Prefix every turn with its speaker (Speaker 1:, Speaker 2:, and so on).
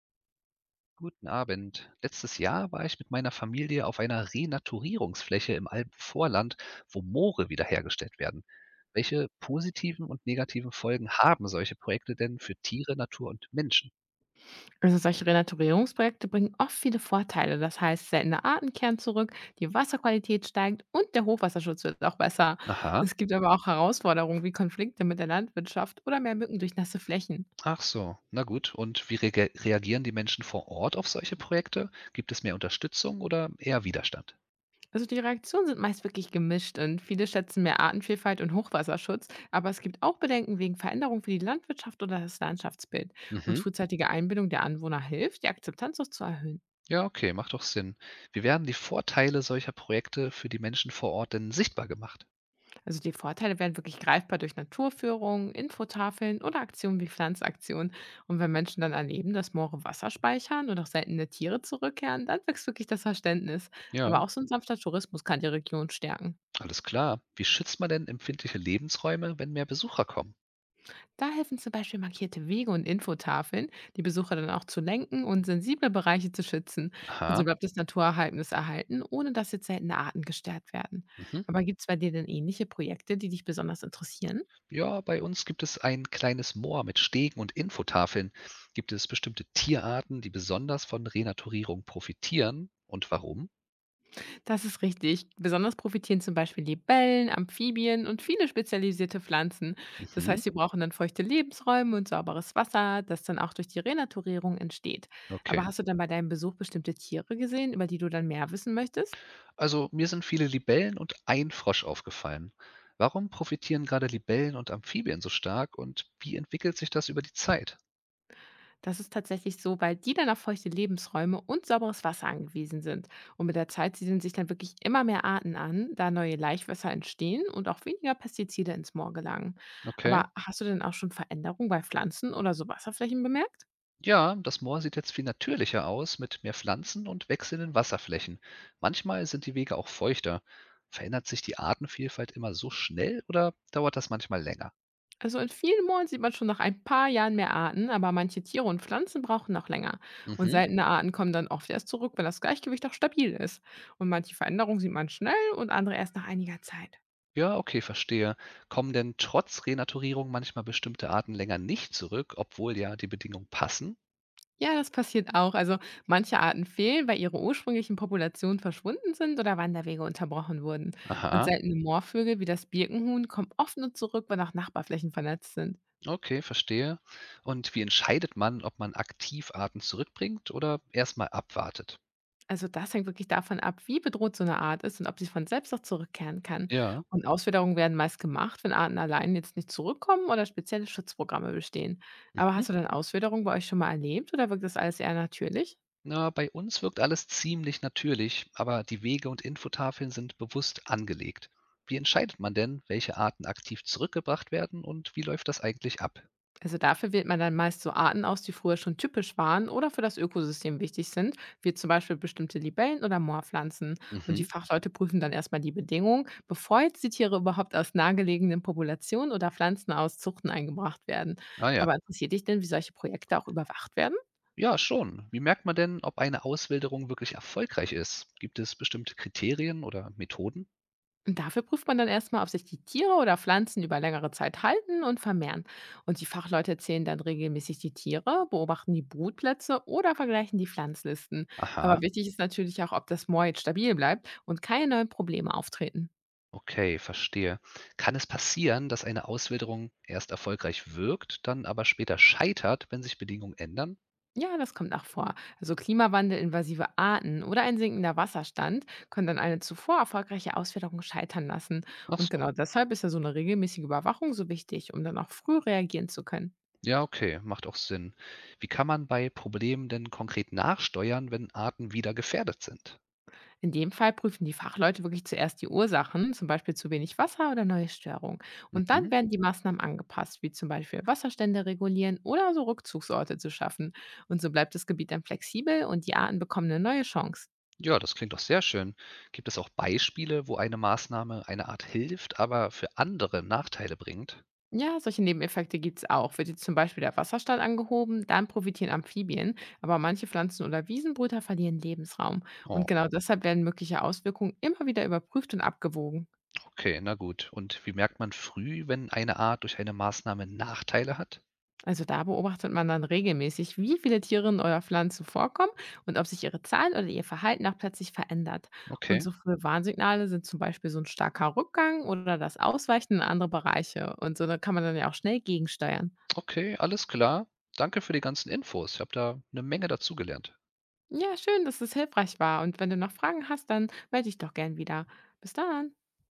Speaker 1: Guten Abend. Letztes Jahr war ich mit meiner Familie auf einer Renaturierungsfläche im Alpenvorland, wo Moore wiederhergestellt werden. Welche positiven und negativen Folgen haben solche Projekte denn für Tiere, Natur und Menschen?
Speaker 2: Also solche Renaturierungsprojekte bringen oft viele Vorteile. Das heißt, seltene Arten kehren zurück, die Wasserqualität steigt und der Hochwasserschutz wird auch besser.
Speaker 1: Aha,
Speaker 2: Es gibt aber auch Herausforderungen wie Konflikte mit der Landwirtschaft oder mehr Mücken durch nasse Flächen.
Speaker 1: ach so, na gut. Und wie reagieren die Menschen vor Ort auf solche Projekte? Gibt es mehr Unterstützung oder eher Widerstand?
Speaker 2: Also die Reaktionen sind meist wirklich gemischt und viele schätzen mehr Artenvielfalt und Hochwasserschutz, aber es gibt auch Bedenken wegen Veränderungen für die Landwirtschaft oder das Landschaftsbild. Und
Speaker 1: Mhm.
Speaker 2: frühzeitige Einbindung der Anwohner hilft, die Akzeptanz auch zu erhöhen.
Speaker 1: Ja, okay, macht doch Sinn. Wie werden die Vorteile solcher Projekte für die Menschen vor Ort denn sichtbar gemacht?
Speaker 2: Also die Vorteile werden wirklich greifbar durch Naturführungen, Infotafeln oder Aktionen wie Pflanzaktionen. Und wenn Menschen dann erleben, dass Moore Wasser speichern und auch seltene Tiere zurückkehren, dann wächst wirklich das Verständnis.
Speaker 1: Ja.
Speaker 2: Aber auch so ein sanfter Tourismus kann die Region stärken.
Speaker 1: Alles klar. Wie schützt man denn empfindliche Lebensräume, wenn mehr Besucher kommen?
Speaker 2: Da helfen zum Beispiel markierte Wege und Infotafeln, die Besucher dann auch zu lenken und sensible Bereiche zu schützen. Und so
Speaker 1: Aha.
Speaker 2: bleibt das Naturerhaltnis erhalten, ohne dass jetzt seltene Arten gestört werden.
Speaker 1: Mhm.
Speaker 2: Aber gibt es bei dir denn ähnliche Projekte, die dich besonders interessieren?
Speaker 1: Ja, bei uns gibt es ein kleines Moor mit Stegen und Infotafeln. Gibt es bestimmte Tierarten, die besonders von Renaturierung profitieren und warum?
Speaker 2: Das ist richtig. Besonders profitieren zum Beispiel Libellen, Amphibien und viele spezialisierte Pflanzen. Das
Speaker 1: Mhm.
Speaker 2: heißt, sie brauchen dann feuchte Lebensräume und sauberes Wasser, das dann auch durch die Renaturierung entsteht.
Speaker 1: Okay.
Speaker 2: Aber hast du dann bei deinem Besuch bestimmte Tiere gesehen, über die du dann mehr wissen möchtest?
Speaker 1: Also mir sind viele Libellen und ein Frosch aufgefallen. Warum profitieren gerade Libellen und Amphibien so stark und wie entwickelt sich das über die Zeit?
Speaker 2: Das ist tatsächlich so, weil die dann auf feuchte Lebensräume und sauberes Wasser angewiesen sind. Und mit der Zeit siedeln sich dann wirklich immer mehr Arten an, da neue Laichwässer entstehen und auch weniger Pestizide ins Moor gelangen.
Speaker 1: Okay.
Speaker 2: Aber hast du denn auch schon Veränderungen bei Pflanzen oder so Wasserflächen bemerkt?
Speaker 1: Ja, das Moor sieht jetzt viel natürlicher aus, mit mehr Pflanzen und wechselnden Wasserflächen. Manchmal sind die Wege auch feuchter. Verändert sich die Artenvielfalt immer so schnell oder dauert das manchmal länger?
Speaker 2: Also in vielen Mooren sieht man schon nach ein paar Jahren mehr Arten, aber manche Tiere und Pflanzen brauchen noch länger. Und
Speaker 1: Mhm.
Speaker 2: seltene Arten kommen dann oft erst zurück, wenn das Gleichgewicht auch stabil ist. Und manche Veränderungen sieht man schnell und andere erst nach einiger Zeit.
Speaker 1: Ja, okay, verstehe. Kommen denn trotz Renaturierung manchmal bestimmte Arten länger nicht zurück, obwohl ja die Bedingungen passen?
Speaker 2: Ja, das passiert auch. Also manche Arten fehlen, weil ihre ursprünglichen Populationen verschwunden sind oder Wanderwege unterbrochen wurden. Und
Speaker 1: Aha,
Speaker 2: seltene Moorvögel wie das Birkenhuhn kommen oft nur zurück, wenn auch Nachbarflächen vernetzt sind.
Speaker 1: okay, verstehe. Und wie entscheidet man, ob man aktiv Arten zurückbringt oder erstmal abwartet?
Speaker 2: Also das hängt wirklich davon ab, wie bedroht so eine Art ist und ob sie von selbst auch zurückkehren kann.
Speaker 1: Ja.
Speaker 2: Und Auswilderungen werden meist gemacht, wenn Arten allein jetzt nicht zurückkommen oder spezielle Schutzprogramme bestehen. Aber hast
Speaker 1: Mhm.
Speaker 2: du denn Auswilderung bei euch schon mal erlebt oder wirkt das alles eher natürlich?
Speaker 1: Na, bei uns wirkt alles ziemlich natürlich, aber die Wege und Infotafeln sind bewusst angelegt. Wie entscheidet man denn, welche Arten aktiv zurückgebracht werden und wie läuft das eigentlich ab?
Speaker 2: Also dafür wählt man dann meist so Arten aus, die früher schon typisch waren oder für das Ökosystem wichtig sind, wie zum Beispiel bestimmte Libellen oder Moorpflanzen. Und die
Speaker 1: Mhm.
Speaker 2: Fachleute prüfen dann erstmal die Bedingungen, bevor jetzt die Tiere überhaupt aus nahegelegenen Populationen oder Pflanzen aus Zuchten eingebracht werden.
Speaker 1: Ah ja.
Speaker 2: Aber interessiert dich denn, wie solche Projekte auch überwacht werden?
Speaker 1: Ja, schon. Wie merkt man denn, ob eine Auswilderung wirklich erfolgreich ist? Gibt es bestimmte Kriterien oder Methoden?
Speaker 2: Und dafür prüft man dann erstmal, ob sich die Tiere oder Pflanzen über längere Zeit halten und vermehren. Und die Fachleute zählen dann regelmäßig die Tiere, beobachten die Brutplätze oder vergleichen die Pflanzlisten. Aber
Speaker 1: Aha,
Speaker 2: wichtig ist natürlich auch, ob das Moor jetzt stabil bleibt und keine neuen Probleme auftreten.
Speaker 1: okay, verstehe. Kann es passieren, dass eine Auswilderung erst erfolgreich wirkt, dann aber später scheitert, wenn sich Bedingungen ändern?
Speaker 2: Ja, das kommt auch vor. Also Klimawandel, invasive Arten oder ein sinkender Wasserstand können dann eine zuvor erfolgreiche Auswilderung scheitern lassen.
Speaker 1: Ach
Speaker 2: Und
Speaker 1: so.
Speaker 2: genau deshalb ist ja so eine regelmäßige Überwachung so wichtig, um dann auch früh reagieren zu können.
Speaker 1: Ja, okay, macht auch Sinn. Wie kann man bei Problemen denn konkret nachsteuern, wenn Arten wieder gefährdet sind?
Speaker 2: In dem Fall prüfen die Fachleute wirklich zuerst die Ursachen, zum Beispiel zu wenig Wasser oder neue Störungen. Und dann
Speaker 1: Mhm.
Speaker 2: werden die Maßnahmen angepasst, wie zum Beispiel Wasserstände regulieren oder so Rückzugsorte zu schaffen. Und so bleibt das Gebiet dann flexibel und die Arten bekommen eine neue Chance.
Speaker 1: Ja, das klingt doch sehr schön. Gibt es auch Beispiele, wo eine Maßnahme eine Art hilft, aber für andere Nachteile bringt?
Speaker 2: Ja, solche Nebeneffekte gibt es auch. Wird jetzt zum Beispiel der Wasserstand angehoben, dann profitieren Amphibien, aber manche Pflanzen- oder Wiesenbrüter verlieren Lebensraum. Und
Speaker 1: Oh,
Speaker 2: genau deshalb werden mögliche Auswirkungen immer wieder überprüft und abgewogen.
Speaker 1: okay, na gut. Und wie merkt man früh, wenn eine Art durch eine Maßnahme Nachteile hat?
Speaker 2: Also da beobachtet man dann regelmäßig, wie viele Tiere in eurer Pflanze vorkommen und ob sich ihre Zahl oder ihr Verhalten auch plötzlich verändert. Und
Speaker 1: Okay,
Speaker 2: so frühe Warnsignale sind zum Beispiel so ein starker Rückgang oder das Ausweichen in andere Bereiche. Und so da kann man dann ja auch schnell gegensteuern.
Speaker 1: okay, alles klar. Danke für die ganzen Infos. Ich habe da eine Menge dazugelernt.
Speaker 2: Ja, schön, dass es hilfreich war. Und wenn du noch Fragen hast, dann melde dich doch gern wieder. Bis dann.